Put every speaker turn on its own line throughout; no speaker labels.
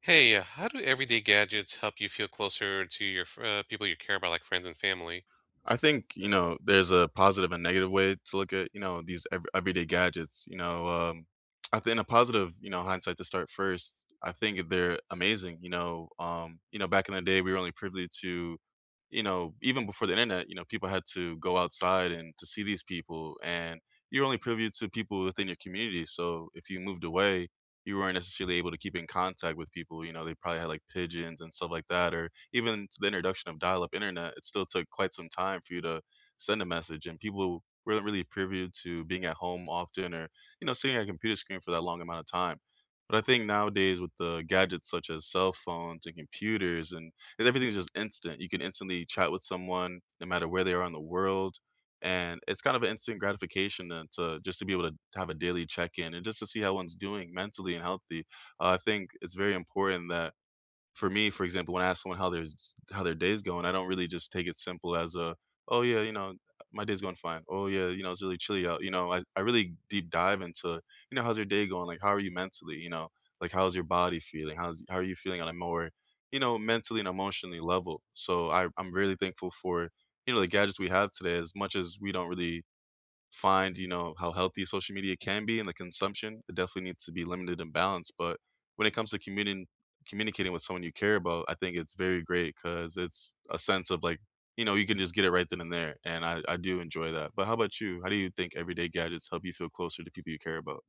How do everyday gadgets help you feel closer to your people you care about, like friends and family?
I think, you know, there's a positive and negative way to look at, you know, these everyday gadgets. You know, I think in a positive, you know, hindsight to start first, I think they're amazing. You know, back in the day, we were only privy to, you know, even before the internet, you know, people had to go outside and to see these people, and you're only privy to people within your community. So if you moved away, you weren't necessarily able to keep in contact with people. You know, they probably had like pigeons and stuff like that, or even to the introduction of dial-up internet, it still took quite some time for you to send a message. And people weren't really privy to being at home often, or you know, sitting at a computer screen for that long amount of time. But I think nowadays with the gadgets such as cell phones and computers and 'cause everything's just instant. You can instantly chat with someone no matter where they are in the world, and it's kind of an instant gratification and to just to be able to have a daily check in and just to see how one's doing mentally and healthy. I think it's very important that for me, for example, when I ask someone how their day's going, I don't really just take it simple as a, oh yeah, you know, my day's going fine. Oh yeah, you know, it's really chilly out. You know, I really deep dive into, you know, how's your day going? Like how are you mentally? You know, like how's your body feeling? How are you feeling on a more, you know, mentally and emotionally level? So I'm really thankful for, you know, the gadgets we have today, as much as we don't really find, you know, how healthy social media can be and the consumption. It definitely needs to be limited and balanced. But when it comes to communicating with someone you care about, I think it's very great because it's a sense of like, you know, you can just get it right then and there. And I do enjoy that. But how about you? How do you think everyday gadgets help you feel closer to people you care about?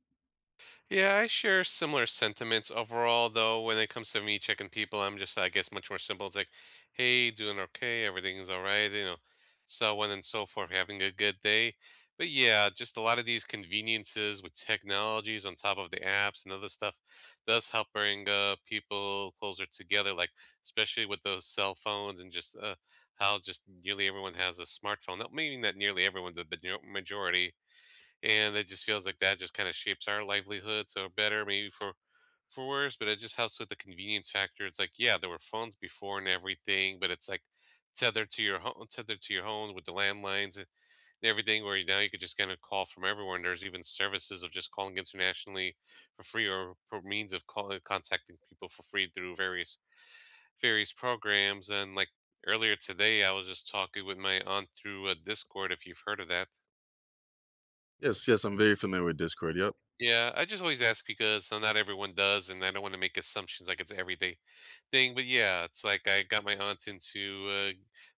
Yeah, I share similar sentiments overall, though, when it comes to me checking people, I'm just, I guess, much more simple. It's like, hey, doing okay, everything's all right, you know, so on and so forth, having a good day. But yeah, just a lot of these conveniences with technologies on top of the apps and other stuff does help bring people closer together, like especially with those cell phones and just how just nearly everyone has a smartphone. Not meaning that nearly everyone, but the majority. And it just feels like that just kind of shapes our livelihood so better maybe for worse, but it just helps with the convenience factor. It's like, yeah, there were phones before and everything, but it's like tethered to your home with the landlines and everything, where now you could just kind of call from everywhere. And there's even services of just calling internationally for free, or for means of calling contacting people for free through various programs. And like earlier today I was just talking with my aunt through a Discord, if you've heard of that.
Yes, yes, I'm very familiar with Discord. Yep.
Yeah, I just always ask because not everyone does, and I don't want to make assumptions like it's everyday thing. But yeah, it's like I got my aunt into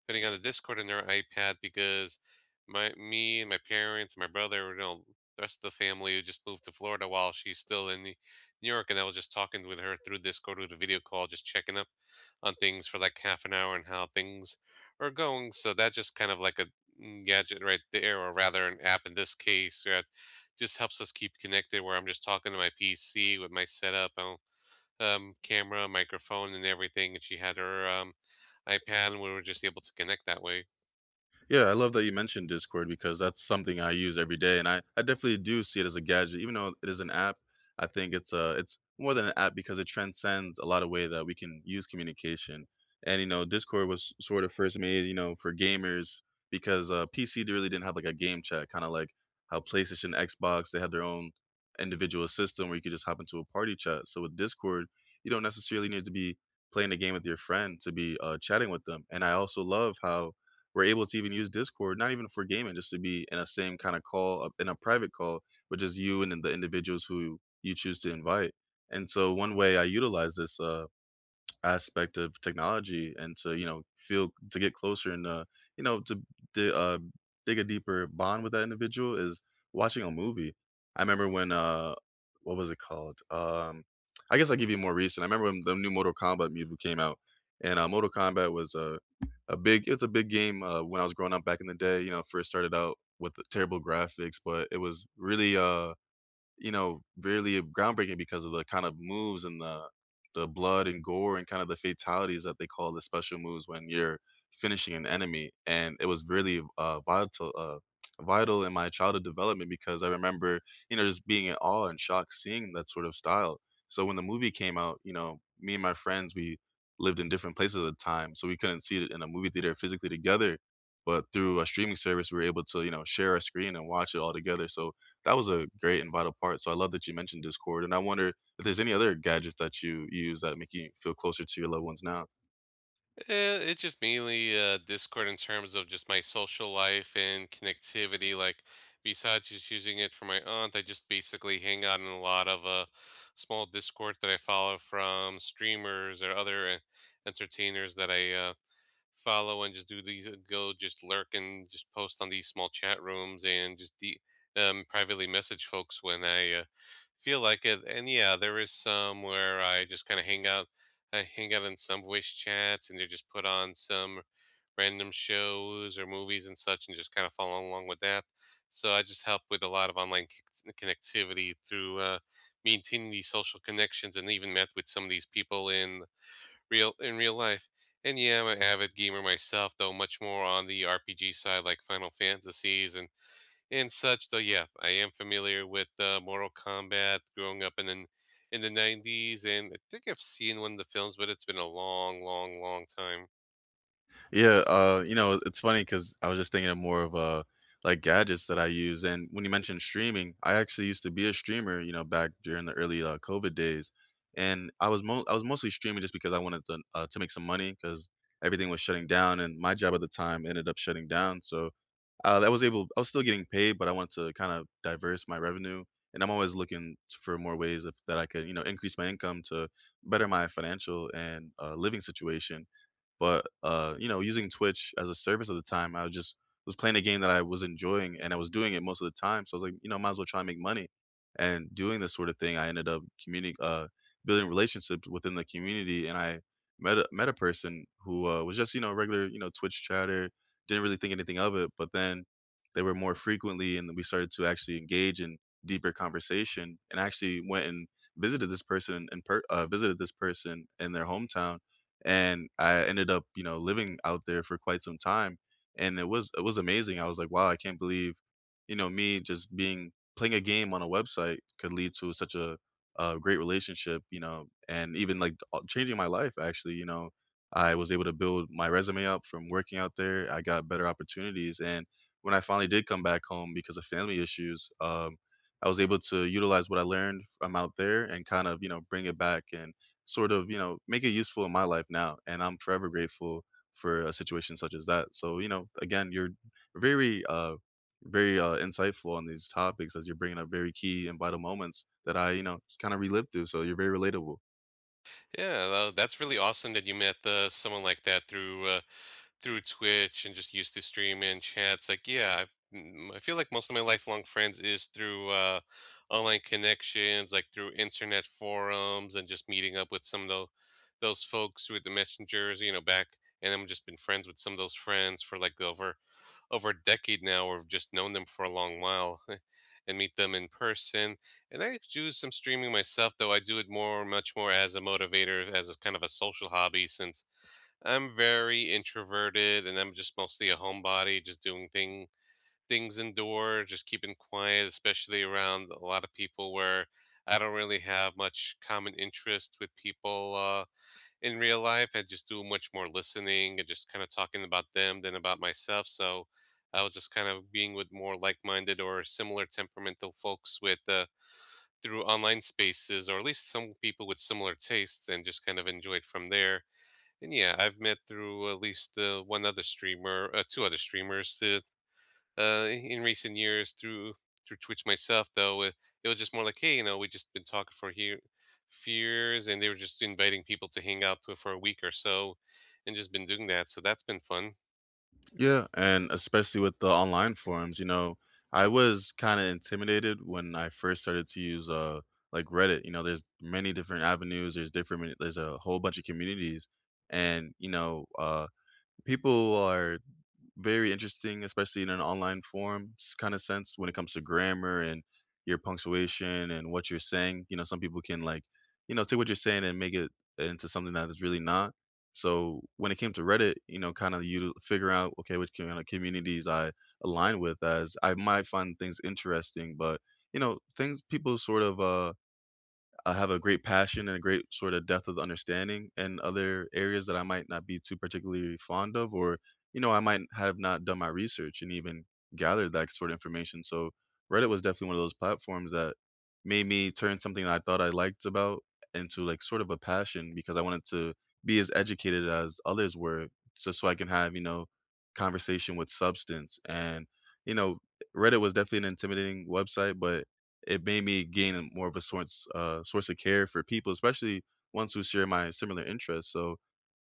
putting on the Discord on her iPad because my me and my parents, my brother, you know, the rest of the family who just moved to Florida while she's still in New York. And I was just talking with her through Discord with a video call, just checking up on things for like half an hour and how things are going. So that just kind of like a gadget right there, or rather an app in this case. Yeah, just helps us keep connected where I'm just talking to my PC with my setup, camera, microphone, and everything. And she had her iPad, and we were just able to connect that way.
Yeah, I love that you mentioned Discord because that's something I use every day, and I definitely do see it as a gadget, even though it is an app. I think it's a it's more than an app because it transcends a lot of way that we can use communication. And you know, Discord was sort of first made, you know, for gamers because PC really didn't have like a game chat, kind of like how PlayStation, Xbox, they had their own individual system where you could just hop into a party chat. So with Discord, you don't necessarily need to be playing a game with your friend to be chatting with them. And I also love how we're able to even use Discord, not even for gaming, just to be in a same kind of call, in a private call, which is you and then the individuals who you choose to invite. And so one way I utilize this aspect of technology and to you know feel to get closer and you know to di- uh dig a deeper bond with that individual is watching a movie. I remember when what was it called, I guess I'll give you more recent. I remember when the new Mortal Kombat movie came out, and Mortal Kombat was a big, it's a big game when I was growing up back in the day. You know, first started out with the terrible graphics, but it was really you know, really groundbreaking because of the kind of moves and the blood and gore and kind of the fatalities that they call the special moves when you're finishing an enemy. And it was really vital, vital in my childhood development because I remember, you know, just being in awe and shock seeing that sort of style. So when the movie came out, you know, me and my friends, we lived in different places at the time, so we couldn't see it in a movie theater physically together. But through a streaming service, we were able to, you know, share a screen and watch it all together. So that was a great and vital part. So I love that you mentioned Discord, and I wonder if there's any other gadgets that you use that make you feel closer to your loved ones now.
Eh, it's just mainly Discord in terms of just my social life and connectivity. Like, besides just using it for my aunt, I just basically hang out in a lot of small Discord that I follow from streamers or other entertainers that I follow, and just do these go just lurk and just post on these small chat rooms, and just privately message folks when I feel like it. And yeah, there is some where I just kind of hang out. I hang out in some voice chats and they just put on some random shows or movies and such, and just kind of follow along with that. So I just help with a lot of online connectivity through maintaining these social connections, and even met with some of these people in real life. And yeah, I'm an avid gamer myself, though much more on the RPG side, like Final Fantasies and such. Though yeah, I am familiar with Mortal Kombat. Growing up in the '90s, and I think I've seen one of the films, but it's been a long, long, long time.
Yeah, you know, it's funny because I was just thinking of more of like gadgets that I use. And when you mentioned streaming, I actually used to be a streamer, you know, back during the early COVID days. And I was mostly streaming just because I wanted to make some money because everything was shutting down, and my job at the time ended up shutting down. So that was able I was still getting paid, but I wanted to kind of diverse my revenue. And I'm always looking for more ways of, that I could, you know, increase my income to better my financial and living situation. But, you know, using Twitch as a service at the time, I was just was playing a game that I was enjoying, and I was doing it most of the time, so I was like, you know, might as well try and make money. And doing this sort of thing, I ended up communi building relationships within the community, and I met a person who, was just, you know, a regular, you know, Twitch chatter, didn't really think anything of it, but then they were more frequently, and we started to actually engage in deeper conversation, and I actually went and visited this person in their hometown, and I ended up, you know, living out there for quite some time, and it was amazing. I was like, "Wow, I can't believe, you know, me just being playing a game on a website could lead to such a great relationship, you know, and even like changing my life actually, you know. I was able to build my resume up from working out there. I got better opportunities, and when I finally did come back home because of family issues, I was able to utilize what I learned from out there and kind of, you know, bring it back and sort of, you know, make it useful in my life now. And I'm forever grateful for a situation such as that. So, you know, again, you're very, very insightful on these topics as you're bringing up very key and vital moments that I, you know, kind of relived through. So you're very relatable.
Yeah, that's really awesome that you met someone like that through. Through Twitch and just used to stream and chats. Like, yeah, I've, mm, I feel like most of my lifelong friends is through online connections, like through internet forums and just meeting up with some of those folks with the messengers, you know, back. And I'm just been friends with some of those friends for like over a decade now, or just known them for a long while, and meet them in person. And I do some streaming myself, though I do it more, much more as a motivator, as a kind of a social hobby, since I'm very introverted and I'm just mostly a homebody, just doing things indoor, just keeping quiet, especially around a lot of people where I don't really have much common interest with people in real life. I just do much more listening and just kind of talking about them than about myself. So I was just kind of being with more like-minded or similar temperamental folks with through online spaces, or at least some people with similar tastes, and just kind of enjoyed from there. And yeah, I've met through at least one other streamer, two other streamers in recent years through through Twitch myself. Though it was just more like, hey, you know, we just been talking for here fears, and they were just inviting people to hang out to, for a week or so, and just been doing that. So that's been fun.
Yeah. And especially with the online forums, you know, I was kind of intimidated when I first started to use, like Reddit. You know, there's many different avenues. There's a whole bunch of communities, and you know, people are very interesting, especially in an online form kind of sense when it comes to grammar and your punctuation and what you're saying. You know, some people can like, you know, take what you're saying and make it into something that is really not. So when it came to Reddit, you know, kind of you figure out okay, which kind of communities I align with, as I might find things interesting, but you know, things people sort of I have a great passion and a great sort of depth of understanding in other areas that I might not be too particularly fond of, or, you know, I might have not done my research and even gathered that sort of information. So Reddit was definitely one of those platforms that made me turn something that I thought I liked about into like sort of a passion because I wanted to be as educated as others were, so I can have, you know, conversation with substance. And, you know, Reddit was definitely an intimidating website, but it made me gain a more of a source of care for people, especially ones who share my similar interests. So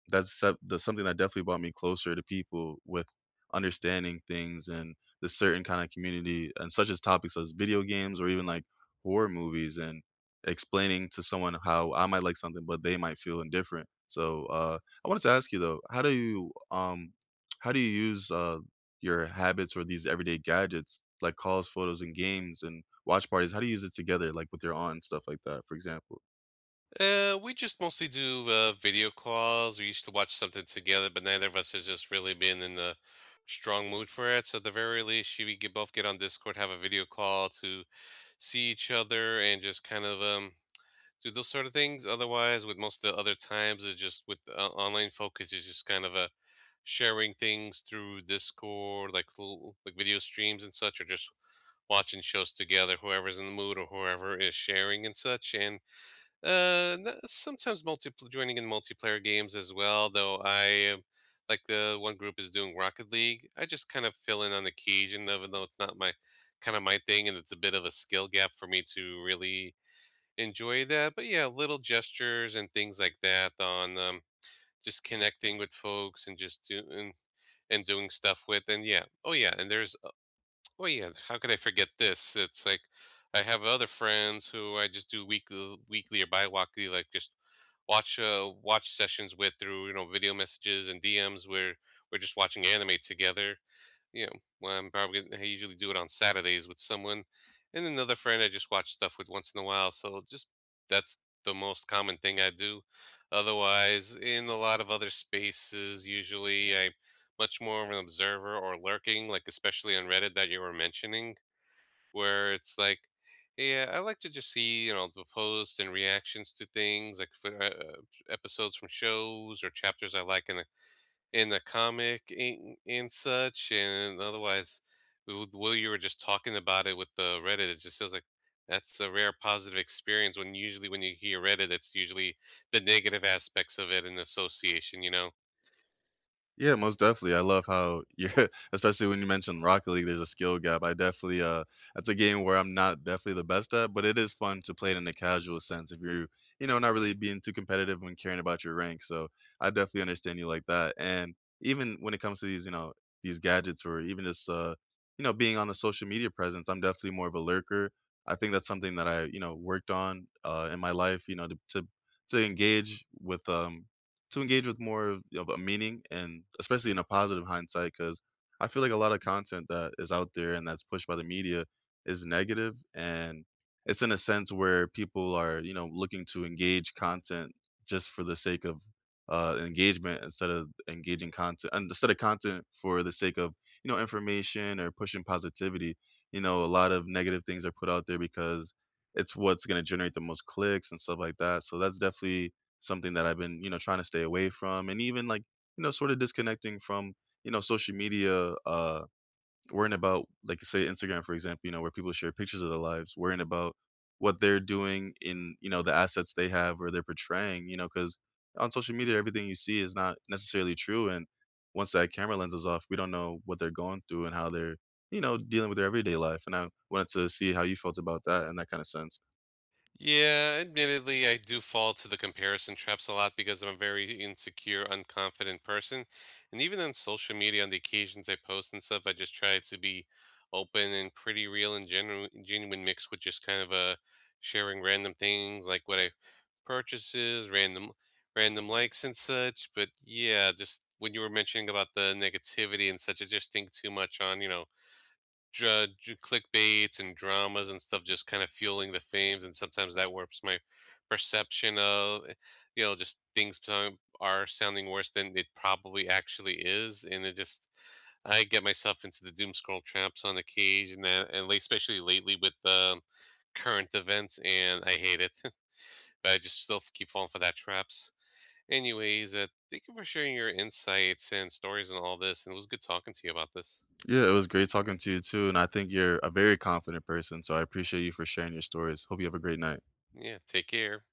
that's something that definitely brought me closer to people with understanding things and the certain kind of community and such as topics as video games or even like horror movies and explaining to someone how I might like something, but they might feel indifferent. So I wanted to ask you though, how do you use your habits or these everyday gadgets like calls, photos, and games and watch parties? How do you use it together, like with your aunt and stuff like that, for example?
We just mostly do video calls. We used to watch something together, but neither of us has just really been in the strong mood for it. So at the very least, should we get, both get on Discord, have a video call to see each other and just kind of do those sort of things. Otherwise, with most of the other times, it's just with online focus is just kind of a sharing things through Discord, like little, like video streams and such, or just watching shows together, whoever's in the mood or whoever is sharing and such. And sometimes multi joining in multiplayer games as well. Though I like the one group is doing Rocket League. I just kind of fill in on occasion, even though it's not my kind of my thing, and it's a bit of a skill gap for me to really enjoy that. But yeah, little gestures and things like that on just connecting with folks and just doing and doing stuff with. And yeah, oh yeah, and there's well, yeah. How could I forget this? It's like I have other friends who I just do weekly or bi-weekly, like just watch sessions with through you know video messages and DMs where we're just watching anime together. You know, well, I usually do it on Saturdays with someone, and another friend I just watch stuff with once in a while. So just that's the most common thing I do. Otherwise, in a lot of other spaces, usually I much more of an observer or lurking, like especially on Reddit that you were mentioning, where it's like, yeah, I like to just see you know the posts and reactions to things like for, episodes from shows or chapters I like in a in the comic and such. And otherwise, while you were just talking about it with the Reddit, it just feels like that's a rare positive experience. When usually when you hear Reddit, it's usually the negative aspects of it in association, you know.
Yeah, most definitely. I love how you're especially when you mentioned Rocket League, there's a skill gap. I definitely that's a game where I'm not definitely the best at, but it is fun to play it in a casual sense if you're, you know, not really being too competitive when caring about your rank. So I definitely understand you like that. And even when it comes to these, you know, these gadgets or even just you know, being on the social media presence, I'm definitely more of a lurker. I think that's something that I, you know, worked on in my life, you know, to engage with um to engage with more of a meaning and especially in a positive hindsight, because I feel like a lot of content that is out there and that's pushed by the media is negative, and it's in a sense where people are, you know, looking to engage content just for the sake of, engagement instead of engaging content and instead of content for the sake of, you know, information or pushing positivity. You know, a lot of negative things are put out there because it's what's gonna generate the most clicks and stuff like that, so that's definitely something that I've been, you know, trying to stay away from and even like, you know, sort of disconnecting from, you know, social media, worrying about like say Instagram, for example, you know, where people share pictures of their lives, worrying about what they're doing in, you know, the assets they have or they're portraying, you know, because on social media everything you see is not necessarily true. And once that camera lens is off, we don't know what they're going through and how they're, you know, dealing with their everyday life. And I wanted to see how you felt about that in that kind of sense.
Yeah, admittedly, I do fall to the comparison traps a lot because I'm a very insecure, unconfident person. And even on social media, on the occasions I post and stuff, I just try to be open and pretty real and genuine, genuine mixed with just kind of sharing random things like what I purchases, random likes and such. But yeah, just when you were mentioning about the negativity and such, I just think too much on, you know, clickbaits and dramas and stuff just kind of fueling the fames. And sometimes that warps my perception of you know, just things are sounding worse than it probably actually is. And it just, I get myself into the doom scroll traps on occasion. And, and especially lately with the current events, and I hate it. But I just still keep falling for that traps. Anyways, thank you for sharing your insights and stories and all this, and it was good talking to you about this.
Yeah, it was great talking to you too, and I think you're a very confident person, so I appreciate you for sharing your stories. Hope you have a great night.
Yeah, take care.